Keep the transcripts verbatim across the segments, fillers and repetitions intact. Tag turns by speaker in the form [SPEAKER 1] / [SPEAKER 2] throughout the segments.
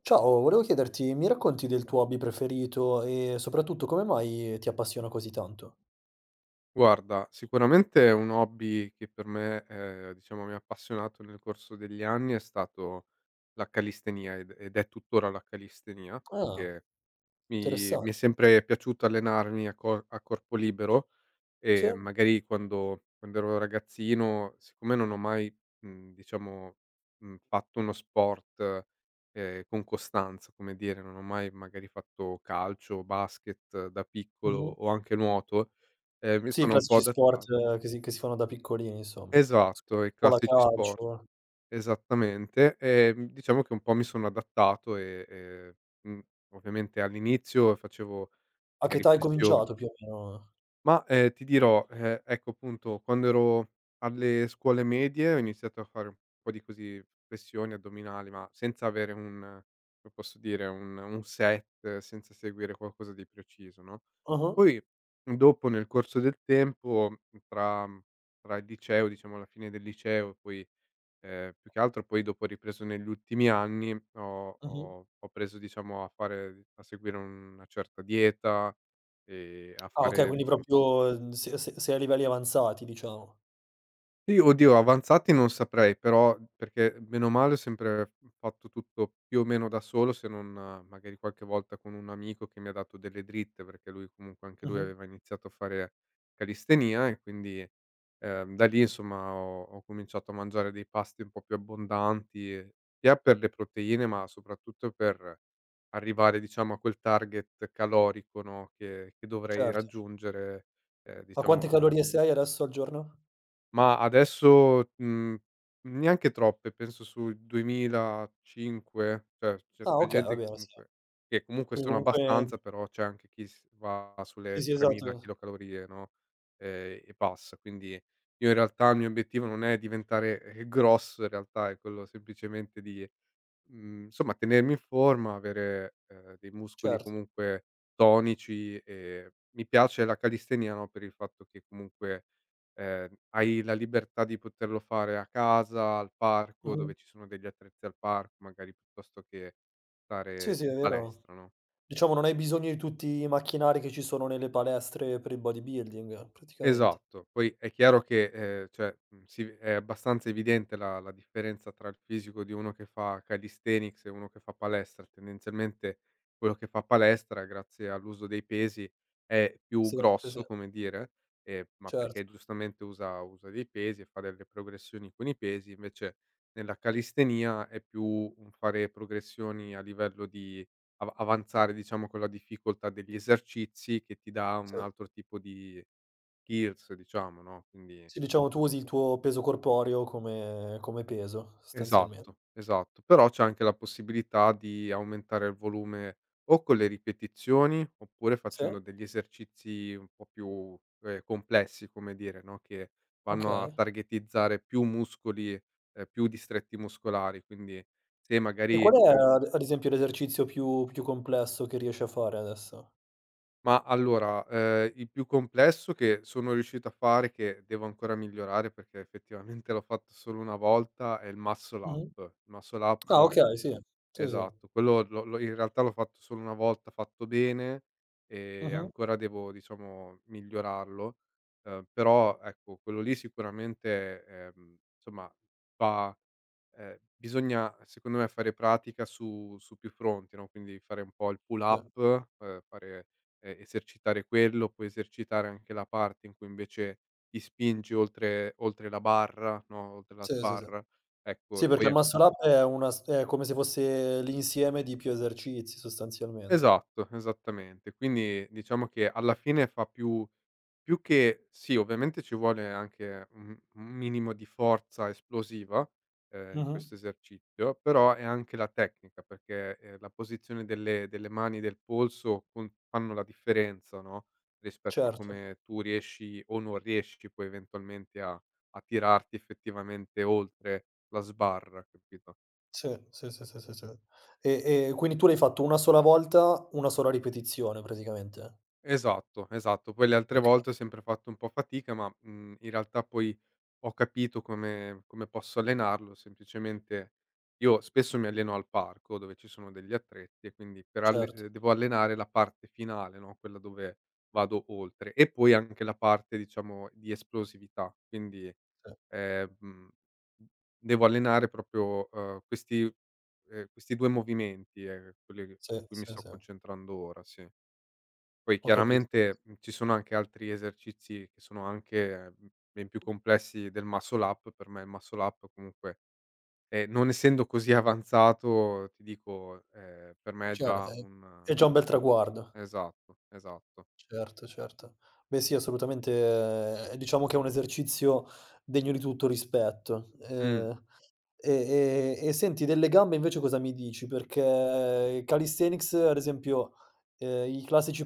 [SPEAKER 1] Ciao, volevo chiederti, mi racconti del tuo hobby preferito e soprattutto come mai ti appassiona così tanto?
[SPEAKER 2] Guarda, sicuramente un hobby che per me, ehm, diciamo mi ha appassionato nel corso degli anni è stato la calistenia ed ed è tuttora la calistenia,
[SPEAKER 1] Ah,
[SPEAKER 2] che mi mi
[SPEAKER 1] interessante.
[SPEAKER 2] è sempre piaciuto allenarmi a co a corpo libero e
[SPEAKER 1] Sì.
[SPEAKER 2] magari quando quando ero ragazzino, siccome non ho mai, mhmm, diciamo, mhmm, fatto uno sport, ehm, con costanza, come dire, non ho mai magari fatto calcio, basket eh, da piccolo
[SPEAKER 1] Mh-mh.
[SPEAKER 2] o anche nuoto, ehm, mi
[SPEAKER 1] Sì, i
[SPEAKER 2] sono un po'
[SPEAKER 1] classici sport
[SPEAKER 2] adatta.
[SPEAKER 1] eh, che si che si fanno da piccolini insomma. Scu
[SPEAKER 2] Esatto, i
[SPEAKER 1] scuola
[SPEAKER 2] classici sport.
[SPEAKER 1] calcio.
[SPEAKER 2] Esattamente. Ehm, diciamo che un po' mi sono adattato e e, mhmm, ovviamente all'inizio facevo
[SPEAKER 1] A che
[SPEAKER 2] magari
[SPEAKER 1] età hai
[SPEAKER 2] flessio.
[SPEAKER 1] cominciato più o meno?
[SPEAKER 2] Ma, ehm, ti dirò, ehm, ecco appunto quando ero alle scuole medie ho iniziato a fare un po' di così flessioni addominali, ma senza avere un, come posso dire, un un set, eh, senza seguire qualcosa di preciso, no,
[SPEAKER 1] Ah-ah.
[SPEAKER 2] poi dopo nel corso del tempo tra tra il liceo, diciamo alla fine del liceo e poi, ehm, più che altro poi dopo ho ripreso negli ultimi anni, ho
[SPEAKER 1] Mh-mh.
[SPEAKER 2] ho ho preso diciamo a fare a seguire una certa dieta e a
[SPEAKER 1] Ah okay,
[SPEAKER 2] fare
[SPEAKER 1] quindi
[SPEAKER 2] dicia.
[SPEAKER 1] proprio, mhmm, se se sei a livelli avanzati diciamo.
[SPEAKER 2] Sì, oddio avanzati non saprei, però perché bene o male ho sempre fatto tutto più o meno da solo, se non eh, magari qualche volta con un amico che mi ha dato delle dritte, perché lui comunque anche lui
[SPEAKER 1] Mh-mh.
[SPEAKER 2] aveva iniziato a fare calistenia e quindi, ehm, da lì insomma ho ho cominciato a mangiare dei pasti un po' più abbondanti, ehm, sia per le proteine, ma soprattutto per arrivare diciamo a quel target calorico, no, che che dovrei
[SPEAKER 1] Certo.
[SPEAKER 2] raggiungere, ehm,
[SPEAKER 1] A
[SPEAKER 2] diciamo.
[SPEAKER 1] quante calorie sei adesso al giorno?
[SPEAKER 2] Ma adesso, mhmm, neanche troppe, penso sul duemilacinque, cioè c'è
[SPEAKER 1] Ah
[SPEAKER 2] c'è
[SPEAKER 1] okay, va
[SPEAKER 2] gente che
[SPEAKER 1] bene, sì.
[SPEAKER 2] comunque che comunque
[SPEAKER 1] Quindi
[SPEAKER 2] sono
[SPEAKER 1] comunque
[SPEAKER 2] abbastanza, però c'è anche chi s va
[SPEAKER 1] sì,
[SPEAKER 2] sulle
[SPEAKER 1] sì,
[SPEAKER 2] tremila
[SPEAKER 1] esatto.
[SPEAKER 2] kcal, no, ehm, e passa. Quindi io in realtà il mio obiettivo non è diventare, ehm, grosso, in realtà è quello semplicemente di, Mhmm, insomma, tenermi in forma, avere, ehm, dei muscoli
[SPEAKER 1] Certo.
[SPEAKER 2] comunque tonici, e mi piace la calistenia, no, per il fatto che comunque, ehm, hai la libertà di poterlo fare a casa, al parco,
[SPEAKER 1] Mh-mh.
[SPEAKER 2] dove ci sono degli attrezzi al parco, magari piuttosto che
[SPEAKER 1] Sì,
[SPEAKER 2] stare
[SPEAKER 1] sì, è
[SPEAKER 2] in
[SPEAKER 1] vero.
[SPEAKER 2] palestra, no?
[SPEAKER 1] Diciamo non hai bisogno di tutti i macchinari che ci sono nelle palestre per il bodybuilding praticamente.
[SPEAKER 2] Esatto. Poi è chiaro che, ehm, cioè, mhmm, si è abbastanza evidente la la differenza tra il fisico di uno che fa calisthenics e uno che fa palestra. Tendenzialmente quello che fa palestra, grazie all'uso dei pesi, è più
[SPEAKER 1] Sì, sì, sì,
[SPEAKER 2] grosso, come dire, ehm, ma
[SPEAKER 1] certo,
[SPEAKER 2] perché giustamente usa usa dei pesi e fa delle progressioni con i pesi, invece nella calistenia è più un fare progressioni a livello di av avanzare, diciamo, con la difficoltà degli esercizi che ti dà un
[SPEAKER 1] sì.
[SPEAKER 2] altro tipo di skills, diciamo, no, quindi
[SPEAKER 1] Sì, diciamo tu usi il tuo peso corporeo come come peso sostanzialmen
[SPEAKER 2] esatto, esatto. Però c'è anche la possibilità di aumentare il volume o con le ripetizioni, oppure
[SPEAKER 1] sì,
[SPEAKER 2] facendo degli esercizi un po' più, ehm, complessi, come dire, no, che vanno a
[SPEAKER 1] okay.
[SPEAKER 2] targetizzare più muscoli, ehm, più distretti muscolari. Quindi se
[SPEAKER 1] E
[SPEAKER 2] magari
[SPEAKER 1] qual è
[SPEAKER 2] ehm,
[SPEAKER 1] ad ad esempio l'esercizio più più complesso che riesci a fare adesso?
[SPEAKER 2] ma allora, ehm, il più complesso che sono riuscito a fare, che devo ancora migliorare perché effettivamente l'ho fatto solo una volta, è il muscle up.
[SPEAKER 1] Mh-mh.
[SPEAKER 2] Il muscle
[SPEAKER 1] Ah
[SPEAKER 2] up
[SPEAKER 1] okay, sì. Sì, sì.
[SPEAKER 2] Esatto, quello l'ho l'ho in realtà l'ho fatto solo una volta fatto bene, e
[SPEAKER 1] Mh-mh.
[SPEAKER 2] ancora devo diciamo migliorarlo, uhm, però ecco quello lì sicuramente, ehm, insomma fa, ehm, bisogna secondo me fare pratica su su più fronti, no, quindi fare un po' il pull
[SPEAKER 1] Sì.
[SPEAKER 2] up, uhm, fare e esercitare quello, puoi esercitare anche la parte in cui invece ti spingi oltre oltre la barra, no, oltre la
[SPEAKER 1] Sì, sì, sì.
[SPEAKER 2] sbarra. Ecco,
[SPEAKER 1] Sì, perché il
[SPEAKER 2] poi
[SPEAKER 1] muscle up è una s è come se fosse l'insieme di più esercizi sostanzialmente.
[SPEAKER 2] esatto, esattamente. Quindi diciamo che alla fine fa più più che sì, ovviamente ci vuole anche un un minimo di forza esplosiva, ehm, in
[SPEAKER 1] Mh-mh.
[SPEAKER 2] questo esercizio, però è anche la tecnica perché, ehm, la posizione delle delle mani, e del polso con, fanno la differenza, no, rispetto a
[SPEAKER 1] Certo.
[SPEAKER 2] come tu riesci o non riesci poi eventualmente a a tirarti effettivamente oltre la sbarra, capito?
[SPEAKER 1] Sì, sì, sì, sì, sì, sì. E e quindi tu l'hai fatto una sola volta, una sola ripetizione praticamente?
[SPEAKER 2] Esatto, esatto. Poi le altre
[SPEAKER 1] Okay,
[SPEAKER 2] volte ho sempre fatto un po' fatica, ma, mhmm, in realtà poi ho capito come come posso allenarlo, semplicemente io spesso mi alleno al parco dove ci sono degli attrezzi, e quindi per alle
[SPEAKER 1] certo,
[SPEAKER 2] ehm, devo allenare la parte finale, no, quella dove vado oltre, e poi anche la parte diciamo di esplosività. Quindi,
[SPEAKER 1] sì,
[SPEAKER 2] ehm, mhmm, devo allenare proprio, uhm, questi ehm, questi due movimenti, ehm, quelli su
[SPEAKER 1] sì,
[SPEAKER 2] cui
[SPEAKER 1] sì,
[SPEAKER 2] mi sto
[SPEAKER 1] sì,
[SPEAKER 2] concentrando ora, sì. Poi
[SPEAKER 1] ho capito.
[SPEAKER 2] chiaramente, mhmm, ci sono anche altri esercizi che sono anche, mhmm, ben più complessi del muscle up. Per me il muscle up comunque, ehm, non essendo così avanzato ti dico, ehm, per me è
[SPEAKER 1] Cer
[SPEAKER 2] già
[SPEAKER 1] è
[SPEAKER 2] un.
[SPEAKER 1] è già un bel traguardo.
[SPEAKER 2] Esatto, esatto.
[SPEAKER 1] Certo, certo. Beh sì, assolutamente, ehm, diciamo che è un esercizio degno di tutto rispetto.
[SPEAKER 2] Mh.
[SPEAKER 1] Ehm E e e senti, delle gambe invece cosa mi dici? Perché calisthenics, ad esempio, ehm, i classici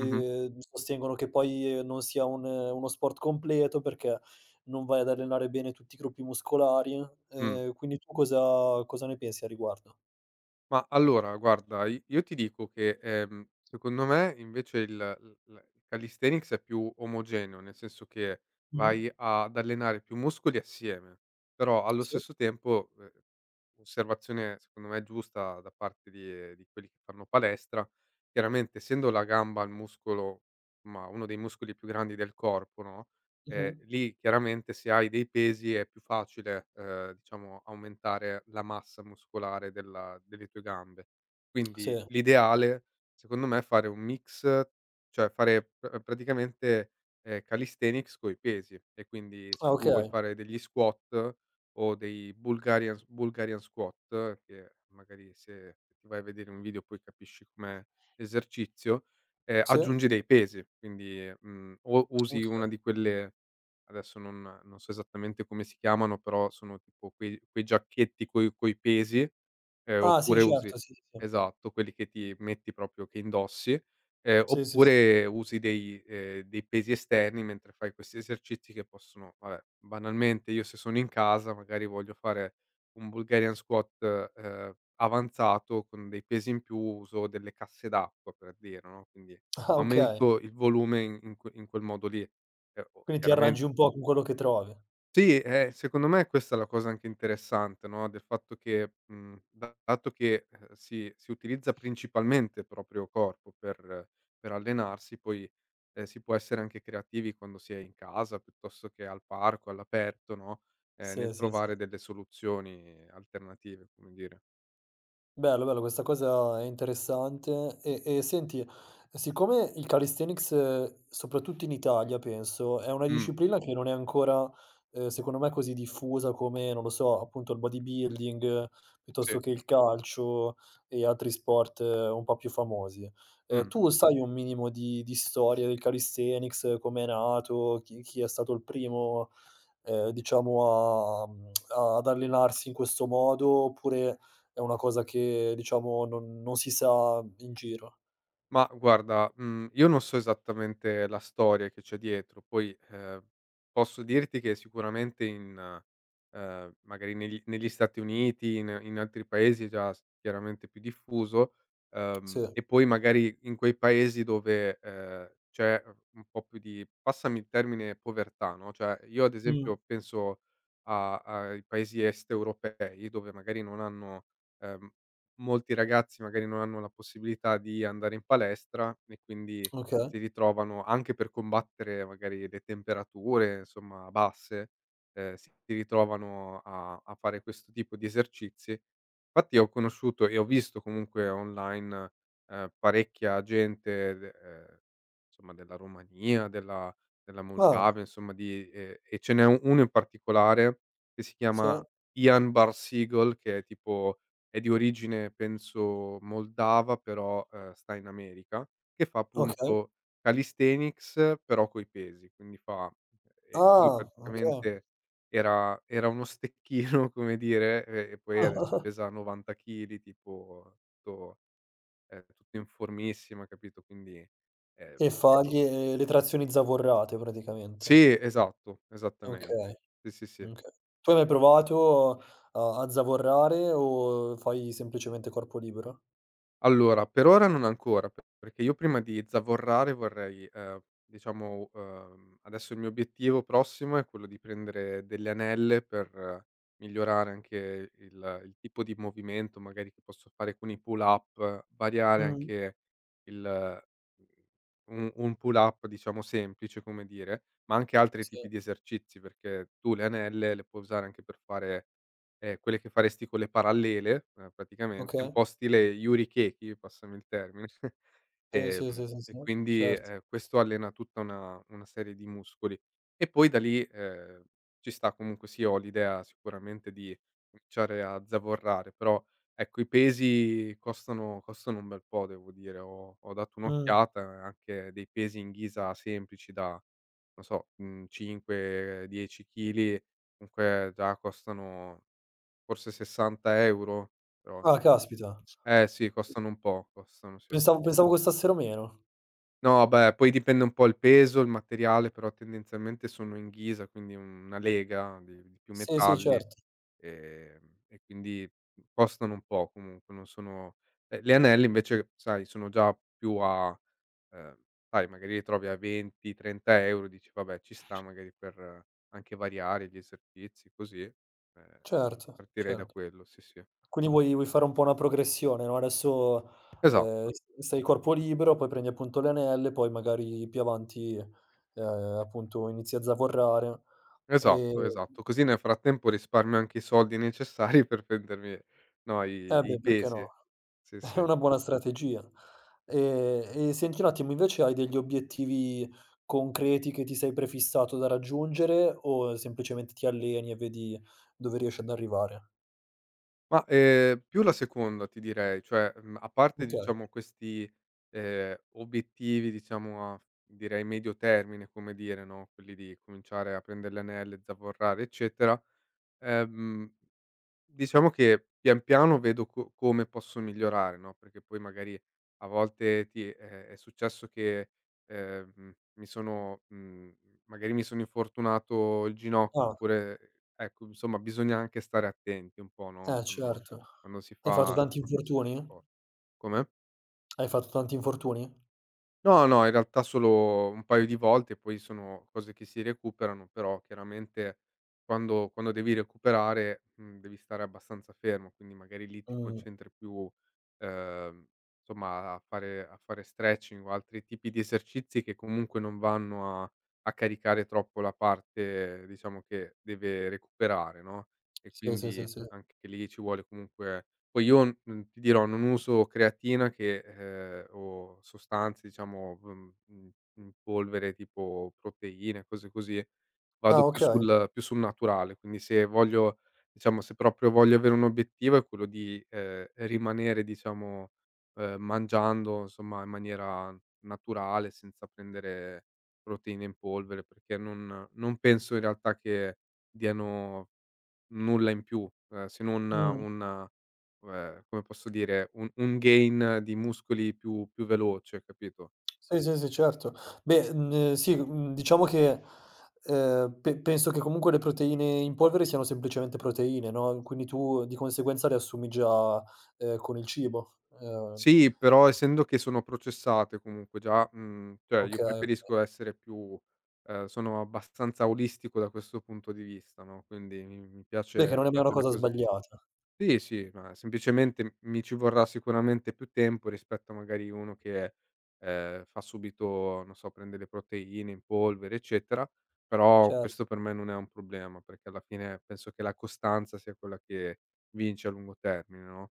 [SPEAKER 2] Mh-mh.
[SPEAKER 1] ehm, sostengono che poi eh, non sia un uno sport completo perché non vai ad allenare bene tutti i gruppi muscolari.
[SPEAKER 2] Mh.
[SPEAKER 1] Ehm, quindi tu cosa cosa ne pensi a riguardo?
[SPEAKER 2] Ma allora guarda, i io ti dico che, ehm, secondo me invece il l l il calisthenics è più omogeneo, nel senso che
[SPEAKER 1] Mh-mh.
[SPEAKER 2] vai a- ad allenare più muscoli assieme, però allo
[SPEAKER 1] Sì.
[SPEAKER 2] stesso tempo, ehm, osservazione secondo me giusta da parte di di quelli che fanno palestra, chiaramente essendo la gamba il muscolo, ma uno dei muscoli più grandi del corpo, no. Ehm,
[SPEAKER 1] Mh-mh.
[SPEAKER 2] lì chiaramente se hai dei pesi è più facile, ehm, diciamo aumentare la massa muscolare della delle tue gambe. Quindi
[SPEAKER 1] Sì.
[SPEAKER 2] l'ideale secondo me è fare un mix, cioè fare p praticamente, ehm, calisthenics coi pesi, e quindi se
[SPEAKER 1] Ah,
[SPEAKER 2] tu vuoi
[SPEAKER 1] okay.
[SPEAKER 2] fare degli squat o dei Bulgarian s Bulgarian squat, che magari se ti vai a vedere un video poi capisci come esercizio, ehm,
[SPEAKER 1] Sì.
[SPEAKER 2] aggiungi dei pesi, quindi, mhmm, o usi
[SPEAKER 1] Okay.
[SPEAKER 2] una di quelle. Adesso non non so esattamente come si chiamano, però sono tipo quei quei giacchetti coi coi pesi, ehm,
[SPEAKER 1] Ah, sì,
[SPEAKER 2] oppure usi,
[SPEAKER 1] certo, sì, sì, sì.
[SPEAKER 2] esatto, quelli che ti metti proprio, che indossi, ehm,
[SPEAKER 1] Sì, sì, sì.
[SPEAKER 2] oppure usi dei ehm, dei pesi esterni mentre fai questi esercizi, che possono, vabbè, banalmente io se sono in casa magari voglio fare un Bulgarian squat, ehm, avanzato, con dei pesi in più, uso delle casse d'acqua per dire, no, quindi
[SPEAKER 1] Ah, okay.
[SPEAKER 2] aumento il volume in in que in quel modo lì. Ehm, o
[SPEAKER 1] Quindi ti
[SPEAKER 2] chiaramente
[SPEAKER 1] arrangi un po' con quello che trovi.
[SPEAKER 2] sì, eh, secondo me questa è la cosa anche interessante, no, del fatto che, mhmm, dato che, ehm, si si utilizza principalmente il proprio corpo per per allenarsi, poi, ehm, si può essere anche creativi quando si è in casa, piuttosto che al parco, all'aperto, no, ehm,
[SPEAKER 1] Sì,
[SPEAKER 2] nel
[SPEAKER 1] sì, sì.
[SPEAKER 2] trovare delle soluzioni alternative, come dire.
[SPEAKER 1] Bello, bello, questa cosa è interessante. E e senti, siccome il calisthenics, eh, soprattutto in Italia penso, è una
[SPEAKER 2] Mh,
[SPEAKER 1] disciplina che non è ancora, ehm, secondo me così diffusa come, non lo so, appunto il bodybuilding, eh, piuttosto
[SPEAKER 2] sì.
[SPEAKER 1] che il calcio e altri sport eh, un po' più famosi. Ehm,
[SPEAKER 2] Mh.
[SPEAKER 1] tu sai un minimo di di storia del calisthenics, com'è nato, chi chi è stato il primo ehm, diciamo a mhmm, ad allenarsi in questo modo, oppure è una cosa che diciamo non non si sa in giro?
[SPEAKER 2] Ma guarda, mhmm, io non so esattamente la storia che c'è dietro, poi, ehm, posso dirti che sicuramente in ehm, magari negli negli Stati Uniti, in in altri paesi è già s chiaramente più diffuso, ehm,
[SPEAKER 1] Sì.
[SPEAKER 2] e poi magari in quei paesi dove, ehm, c'è, uhm, un po' più di, passami il termine, povertà, no, cioè io ad
[SPEAKER 1] Mh.
[SPEAKER 2] esempio penso a ai paesi est europei dove magari non hanno, ehm molti ragazzi magari non hanno la possibilità di andare in palestra, e quindi
[SPEAKER 1] Okay.
[SPEAKER 2] si ritrovano anche per combattere magari le temperature, insomma, basse, ehm, si ritrovano a a fare questo tipo di esercizi. Infatti ho conosciuto e ho visto comunque online, ehm, parecchia gente de ehm, insomma della Romania, della della
[SPEAKER 1] Ah,
[SPEAKER 2] Moldavia, insomma, di ehm, e ce n'è un- uno in particolare che si
[SPEAKER 1] sì,
[SPEAKER 2] chiama Ian Barseghal, che è tipo, è di origine penso moldava, però, ehm, sta in America, che fa
[SPEAKER 1] okay.
[SPEAKER 2] appunto calisthenics però coi pesi, quindi fa, ehm, e lui
[SPEAKER 1] Ah, okay.
[SPEAKER 2] praticamente era era uno stecchino, come dire, e e poi adesso pesa novanta chili, tipo tutto, è tutto in formissima, capito, quindi, ehm
[SPEAKER 1] E fa gli le trazioni zavorrate praticamente.
[SPEAKER 2] sì, esatto,
[SPEAKER 1] Okay,
[SPEAKER 2] esattamente. Sì, sì, sì.
[SPEAKER 1] okay. Tu hai mai provato a a zavorrare o fai semplicemente corpo libero?
[SPEAKER 2] Allora, per ora non ancora, p perché io prima di zavorrare vorrei, ehm, diciamo, uhm, adesso il mio obiettivo prossimo è quello di prendere delle anelle per, eh, migliorare anche il il tipo di movimento magari che posso fare con i pull up, variare
[SPEAKER 1] Mh.
[SPEAKER 2] anche il eh, un un pull up diciamo semplice, come dire, ma anche altri tipi
[SPEAKER 1] Sì,
[SPEAKER 2] di esercizi, perché tu le anelle le puoi usare anche per fare, Ehm, quelle che faresti con le parallele, ehm, praticamente, un
[SPEAKER 1] okay.
[SPEAKER 2] po' stile Yurikeki, passami il termine,
[SPEAKER 1] Sì,
[SPEAKER 2] ehm,
[SPEAKER 1] sì, sì, sì,
[SPEAKER 2] e
[SPEAKER 1] sì,
[SPEAKER 2] quindi,
[SPEAKER 1] certo.
[SPEAKER 2] ehm, questo allena tutta una una serie di muscoli. E poi da lì, ehm, ci sta comunque sì, ho l'idea sicuramente di cominciare a zavorrare, però ecco i pesi costano costano un bel po', devo dire. Ho ho dato
[SPEAKER 1] Mh.
[SPEAKER 2] un'occhiata, eh, anche dei pesi in ghisa semplici da, non so, mhmm, cinque, dieci chili, comunque già costano forse sessanta euro €, però
[SPEAKER 1] Ah,
[SPEAKER 2] insomma,
[SPEAKER 1] caspita.
[SPEAKER 2] eh sì, costano un po', costano, sì.
[SPEAKER 1] Pensavo pensavo costassero meno.
[SPEAKER 2] No, beh, poi dipende un po' il peso, il materiale, però tendenzialmente sono in ghisa, quindi una lega di di più
[SPEAKER 1] Sì, sì,
[SPEAKER 2] metalli,
[SPEAKER 1] certo.
[SPEAKER 2] ehm, e quindi costano un po' comunque, non sono, ehm, le anelli invece, sai, sono già più a, ehm, sai, magari li trovi a venti, trenta euro € dici: «Vabbè, ci sta magari per, eh, anche variare gli esercizi così.» Ehm,
[SPEAKER 1] Certo,
[SPEAKER 2] partirei da
[SPEAKER 1] certo.
[SPEAKER 2] quello, sì, sì.
[SPEAKER 1] Quindi vuoi vuoi fare un po' una progressione, no, adesso, ehm,
[SPEAKER 2] Esatto.
[SPEAKER 1] s sei corpo libero, poi prendi appunto le anelle, poi magari più avanti, ehm, appunto inizi a zavorrare.
[SPEAKER 2] Esatto,
[SPEAKER 1] Ehm
[SPEAKER 2] esatto. Così nel frattempo risparmio anche i soldi necessari per prendermi, no,
[SPEAKER 1] eh
[SPEAKER 2] i i
[SPEAKER 1] beh, perché
[SPEAKER 2] pesi.
[SPEAKER 1] no?
[SPEAKER 2] Sì,
[SPEAKER 1] È
[SPEAKER 2] sì.
[SPEAKER 1] una buona strategia. Ehm, e senti un attimo, invece hai degli obiettivi concreti che ti sei prefissato da raggiungere o semplicemente ti alleni e vedi dove riesci ad arrivare?
[SPEAKER 2] Ma, ehm, più la seconda ti direi, cioè, mhmm, a parte
[SPEAKER 1] Okay.
[SPEAKER 2] diciamo questi, ehm, obiettivi diciamo a direi medio termine, come dire, no, quelli di cominciare a prendere le anelle, zavorrare, eccetera, ehm diciamo che pian piano vedo co come posso migliorare, no, perché poi magari a volte ti è è successo che, ehm, mi sono mhmm, magari mi sono infortunato il ginocchio
[SPEAKER 1] Ah.
[SPEAKER 2] oppure ecco, insomma bisogna anche stare attenti un po', no,
[SPEAKER 1] Eh,
[SPEAKER 2] quando
[SPEAKER 1] certo.
[SPEAKER 2] quando si
[SPEAKER 1] Hai fatto
[SPEAKER 2] fa si
[SPEAKER 1] tanti
[SPEAKER 2] fa qualsiasi
[SPEAKER 1] infortuni?
[SPEAKER 2] sport. Come?
[SPEAKER 1] Hai fatto tanti infortuni?
[SPEAKER 2] No, no, in realtà solo un paio di volte, poi sono cose che si recuperano, però chiaramente quando quando devi recuperare, mhmm, devi stare abbastanza fermo, quindi magari lì ti
[SPEAKER 1] Mh.
[SPEAKER 2] concentri più, ehm, insomma a fare a fare stretching o altri tipi di esercizi che comunque non vanno a a caricare troppo la parte diciamo che deve recuperare, no, e
[SPEAKER 1] Sì, sì, sì,
[SPEAKER 2] quindi
[SPEAKER 1] sì.
[SPEAKER 2] anche lì ci vuole comunque. Poi io, mhmm, ti dirò, non uso creatina, che ehm, o sostanze diciamo, mhmm, in in polvere tipo proteine, cose così,
[SPEAKER 1] Ah,
[SPEAKER 2] vado più
[SPEAKER 1] okay.
[SPEAKER 2] sul più sul naturale. Quindi se voglio diciamo, se proprio voglio avere un obiettivo è quello di, ehm, rimanere diciamo, ehm, mangiando insomma in maniera naturale, senza prendere proteine in polvere, perché non non penso in realtà che diano nulla in più, ehm, se non
[SPEAKER 1] Mh.
[SPEAKER 2] un, ehm, come posso dire, un un gain di muscoli più più veloce, capito?
[SPEAKER 1] Sì, sì, sì, certo. Beh, mhmm, sì, mhmm, diciamo che, ehm, pe penso che comunque le proteine in polvere siano semplicemente proteine, no, quindi tu di conseguenza le assumi già, ehm, con il cibo. Ehm,
[SPEAKER 2] Sì, però essendo che sono processate comunque già, mhmm, cioè io
[SPEAKER 1] okay, okay.
[SPEAKER 2] preferisco essere più, ehm, sono abbastanza olistico da questo punto di vista, no, quindi mi mi
[SPEAKER 1] Beh,
[SPEAKER 2] piace
[SPEAKER 1] che non
[SPEAKER 2] mi
[SPEAKER 1] è mai una
[SPEAKER 2] piacciono le
[SPEAKER 1] cosa
[SPEAKER 2] cose.
[SPEAKER 1] sbagliata,
[SPEAKER 2] Sì, sì, ma semplicemente mi ci vorrà sicuramente più tempo rispetto a magari uno che, ehm, fa subito, non so, prende le proteine in polvere, eccetera, però
[SPEAKER 1] certo.
[SPEAKER 2] questo per me non è un problema, perché alla fine penso che la costanza sia quella che vince a lungo termine, no.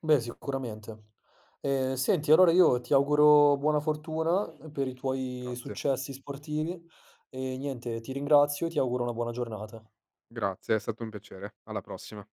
[SPEAKER 1] Beh, sicuramente. Ehm, senti allora io ti auguro buona fortuna eh, per i tuoi
[SPEAKER 2] Grazie,
[SPEAKER 1] successi sportivi e niente, ti ringrazio e ti auguro una buona giornata.
[SPEAKER 2] grazie, è stato un piacere. Alla prossima.